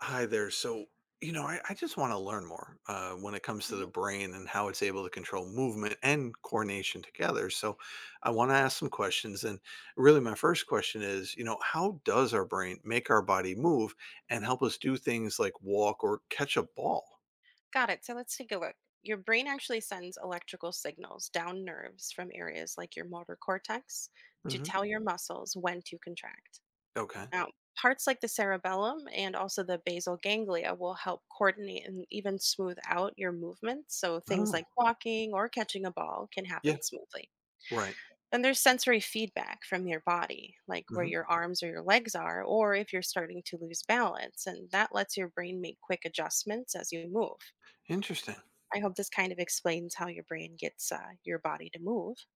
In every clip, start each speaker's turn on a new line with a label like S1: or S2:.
S1: Hi there. I just want to learn more when it comes to the
S2: Mhm.
S1: brain and how it's able to control movement and coordination together. So, I want to ask some questions. And really, my first question is, how does our brain make our body move and help us do things like walk or catch a ball?
S2: Got it. So let's take a look. Your brain actually sends electrical signals down nerves from areas like your motor cortex to
S1: hmm
S2: tell your muscles when to contract.
S1: Okay.
S2: Now, parts like the cerebellum and also the basal ganglia will help coordinate and even smooth out your movements. So things
S1: Oh,
S2: like walking or catching a ball can
S1: yeah.
S2: happen smoothly.
S1: Right.
S2: Then there's sensory feedback from your body, like where
S1: hmm
S2: your arms or your legs are, or if you're starting to lose balance, and that lets your brain make quick adjustments as you move.
S1: Interesting.
S2: I hope this kind of explains how your brain gets your body to move.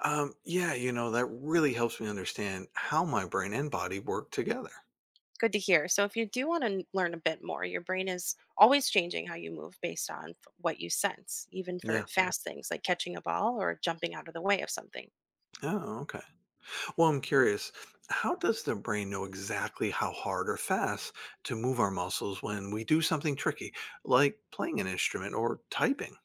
S1: Yeah, that really helps me understand how my brain and body work together.
S2: Good to hear. So, if you do want to learn a bit more, your brain is always changing how you move based on what you sense, even
S1: Yeah.
S2: for fast things like catching a ball or jumping out of the way of something.
S1: Oh, okay. Well, I'm curious, how does the brain know exactly how hard or fast to move our muscles when we do something tricky, like playing an instrument or typing?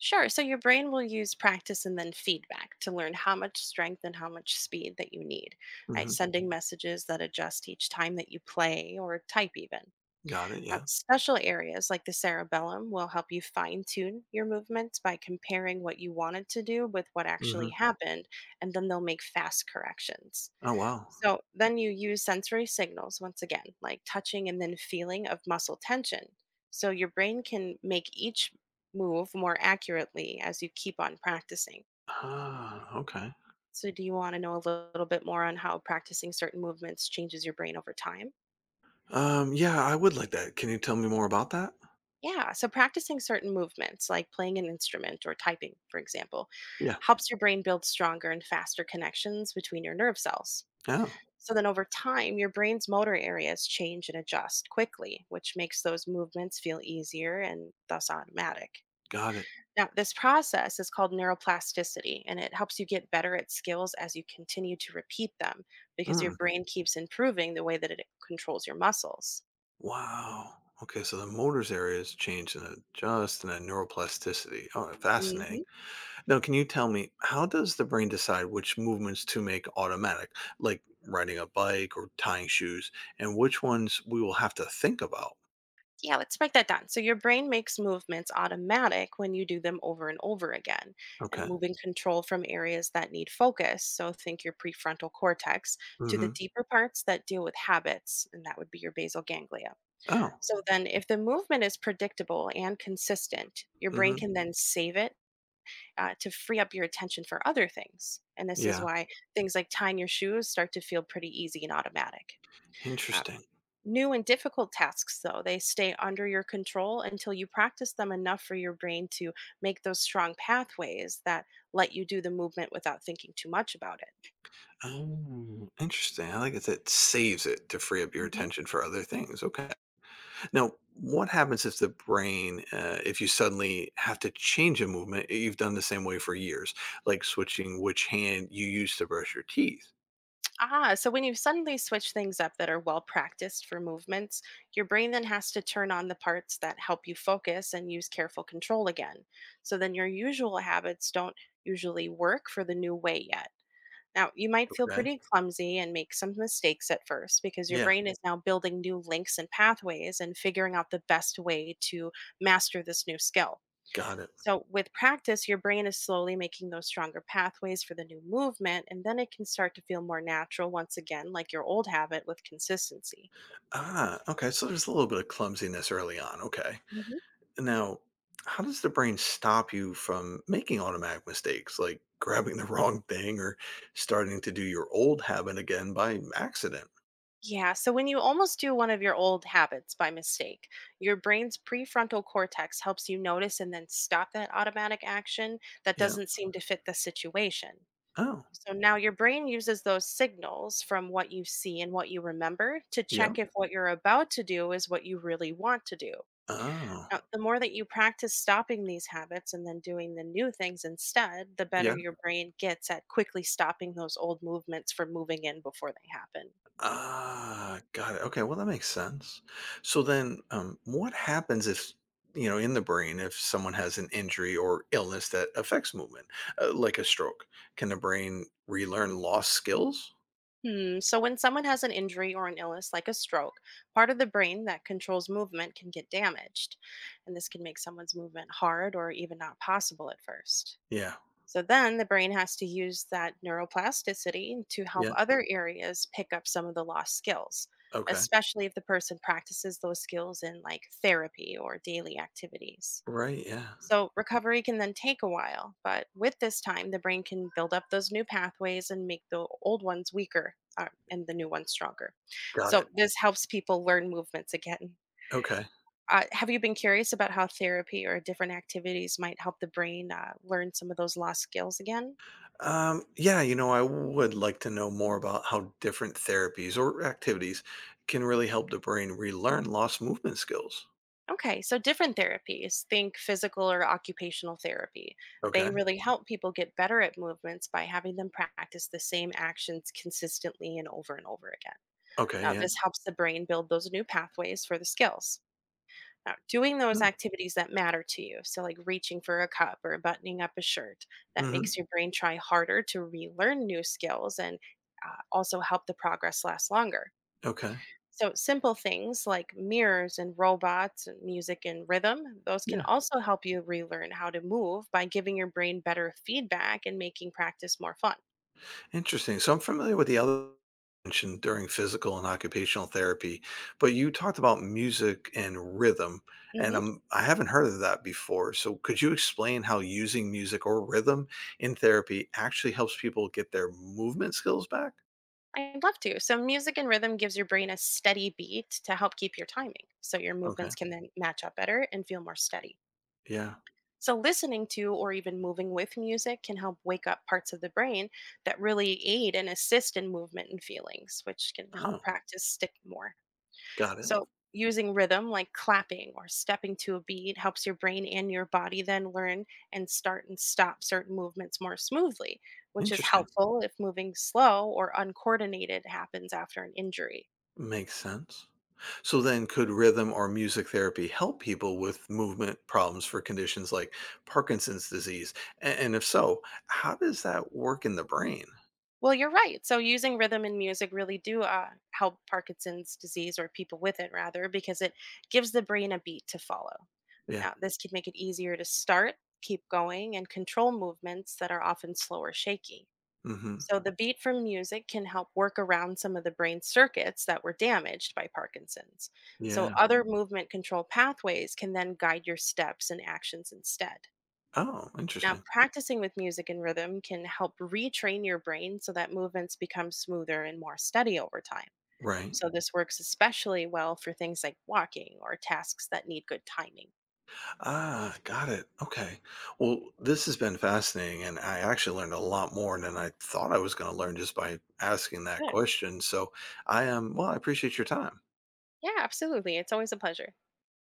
S2: Sure. So, your brain will use practice and then feedback to learn how much strength and how much speed that you need, right?
S1: hmm
S2: Sending messages that adjust each time that you play or type, even.
S1: Got it. Yeah.
S2: Special areas like the cerebellum will help you fine tune your movements by comparing what you wanted to do with what actually
S1: hmm
S2: happened, and then they'll make fast corrections.
S1: Oh, wow.
S2: So then you use sensory signals once again, like touching and then feeling of muscle tension. So your brain can make each move more accurately as you keep on practicing.
S1: Ah, okay.
S2: So, do you want to know a little bit more on how practicing certain movements changes your brain over time?
S1: Yeah, I would like that. Can you tell me more about that?
S2: Yeah, so practicing certain movements, like playing an instrument or typing, for example,
S1: Yeah.
S2: helps your brain build stronger and faster connections between your nerve cells.
S1: Oh,
S2: So then over time, your brain's motor areas change and adjust quickly, which makes those movements feel easier and thus automatic.
S1: got it.
S2: Now, this process is called neuroplasticity, and it helps you get better at skills as you continue to repeat them because your
S1: Mm.
S2: brain keeps improving the way that it controls your muscles.
S1: Wow. Okay, so the motors area is changed and adjust and then neuroplasticity. Oh, fascinating.
S2: Hmm.
S1: Now, can you tell me, how does the brain decide which movements to make automatic, like riding a bike or tying shoes, and which ones we will have to think about?
S2: Yeah, let's break that down. So, your brain makes movements automatic when you do them over and over again, and
S1: Okay.
S2: moving control from areas that need focus. So, think your prefrontal cortex to the
S1: Mm-hmm.
S2: deeper parts that deal with habits, and that would be your basal ganglia.
S1: Oh.
S2: So, then if the movement is predictable and consistent, your brain
S1: Mm-hmm.
S2: can then save it to free up your attention for other things. And this is
S1: Yeah.
S2: why things like tying your shoes start to feel pretty easy and automatic. Um,
S1: Interesting.
S2: New and difficult tasks, though, they stay under your control until you practice them enough for your brain to make those strong pathways that let you do the movement without thinking too much about it.
S1: Oh, interesting. I like it that it saves it to free up your
S2: Hmm.
S1: attention for other things. Okay. Now, what happens if the brain, if you suddenly have to change a movement you've done the same way for years, like switching which hand you use to brush your teeth?
S2: Ah, so when you suddenly switch things up that are well practiced for movements, your brain then has to turn on the parts that help you focus and use careful control again. So then your usual habits don't usually work for the new way yet. Now, you might feel
S1: Okay.
S2: pretty clumsy and make some mistakes at first because your
S1: Yeah.
S2: brain is now building new links and pathways and figuring out the best way to master this new skill.
S1: Got it.
S2: So, with practice, your brain is slowly making those stronger pathways for the new movement, and then it can start to feel more natural once again, like your old habit with consistency.
S1: Ah, okay. So there's a little bit of clumsiness early on. Okay.
S2: Mhm.
S1: Now, how does the brain stop you from making automatic mistakes, like grabbing the wrong thing or starting to do your old habit again by accident?
S2: Yeah, so when you almost do one of your old habits by mistake, your brain's prefrontal cortex helps you notice and then stop that automatic action that
S1: Yeah.
S2: doesn't seem to fit the situation.
S1: Oh,
S2: So now your brain uses those signals from what you see and what you remember to
S1: yeah.
S2: check if what you're about to do is what you really want to do. Now,
S1: Oh,
S2: the more that you practice stopping these habits and then doing the new things instead, the
S1: yeah.
S2: better your brain gets at quickly stopping those old movements from moving in before they happen.
S1: Ah, got it. Okay. Well, that makes sense. So then, what happens if, in the brain, if someone has an injury or illness that affects movement, like a stroke? Can the brain relearn lost skills?
S2: Hmm, so when someone has an injury or an illness like a stroke, part of the brain that controls movement can get damaged, and this can make someone's movement hard or even not possible at first.
S1: Yeah.
S2: So then the brain has to use that neuroplasticity to help
S1: Yeah.
S2: other areas pick up some of the lost skills,
S1: Okay.
S2: especially if the person practices those skills in like therapy or daily activities.
S1: Right, yeah.
S2: So recovery can then take a while, but with this time, the brain can build up those new pathways and make the old ones weaker and the new ones stronger.
S1: Got it.
S2: So this helps people learn movements again.
S1: Okay.
S2: Have you been curious about how therapy or different activities might help the brain learn some of those lost skills again?
S1: Yeah, I would like to know more about how different therapies or activities can really help the brain relearn lost movement skills.
S2: Okay, so different therapies, think physical or occupational therapy.
S1: Okay.
S2: They really help people get better at movements by having them practice the same actions consistently and over again.
S1: Okay,
S2: Now,
S1: yeah.
S2: this helps the brain build those new pathways for the skills. Now, doing those
S1: mm,
S2: activities that matter to you, so like reaching for a cup or buttoning up a shirt, that
S1: Mm-hmm.
S2: makes your brain try harder to relearn new skills and also help the progress last longer.
S1: Okay.
S2: So, simple things like mirrors and robots and music and rhythm, those can
S1: Yeah.
S2: also help you relearn how to move by giving your brain better feedback and making practice more fun.
S1: Interesting. So I'm familiar with the other mentioned during physical and occupational therapy, but you talked about music and rhythm, and
S2: Hmm.
S1: I haven't heard of that before. So could you explain how using music or rhythm in therapy actually helps people get their movement skills back?
S2: I'd love to. So, music and rhythm gives your brain a steady beat to help keep your timing. So, your
S1: Okay.
S2: movements can then match up better and feel more steady.
S1: Yeah.
S2: So, listening to or even moving with music can help wake up parts of the brain that really aid and assist in movement and feelings, which can help
S1: Oh,
S2: practice stick more.
S1: got it.
S2: So, using rhythm like clapping or stepping to a beat helps your brain and your body then learn and start and stop certain movements more smoothly, which is
S1: Interesting.
S2: helpful if moving slow or uncoordinated happens after an injury.
S1: Makes sense. So then, could rhythm or music therapy help people with movement problems for conditions like Parkinson's disease? And if so, how does that work in the brain?
S2: Well, you're right. So using rhythm and music really do help Parkinson's disease or people with it rather because it gives the brain a beat to follow.
S1: Yeah.
S2: Now, this can make it easier to start, keep going, and control movements that are often slow or shaky.
S1: hmm
S2: So the beat from music can help work around some of the brain circuits that were damaged by Parkinson's. So
S1: Yeah.
S2: other movement control pathways can then guide your steps and actions instead.
S1: Oh,
S2: Now,
S1: interesting.
S2: practicing with music and rhythm can help retrain your brain so that movements become smoother and more steady over time.
S1: Right.
S2: So, this works especially well for things like walking or tasks that need good timing.
S1: Ah, got it. Okay. Well, this has been fascinating, and I actually learned a lot more than I thought I was going to learn just by asking that
S2: Good.
S1: question. So I am, well, I appreciate your time.
S2: Yeah, absolutely. It's always a pleasure.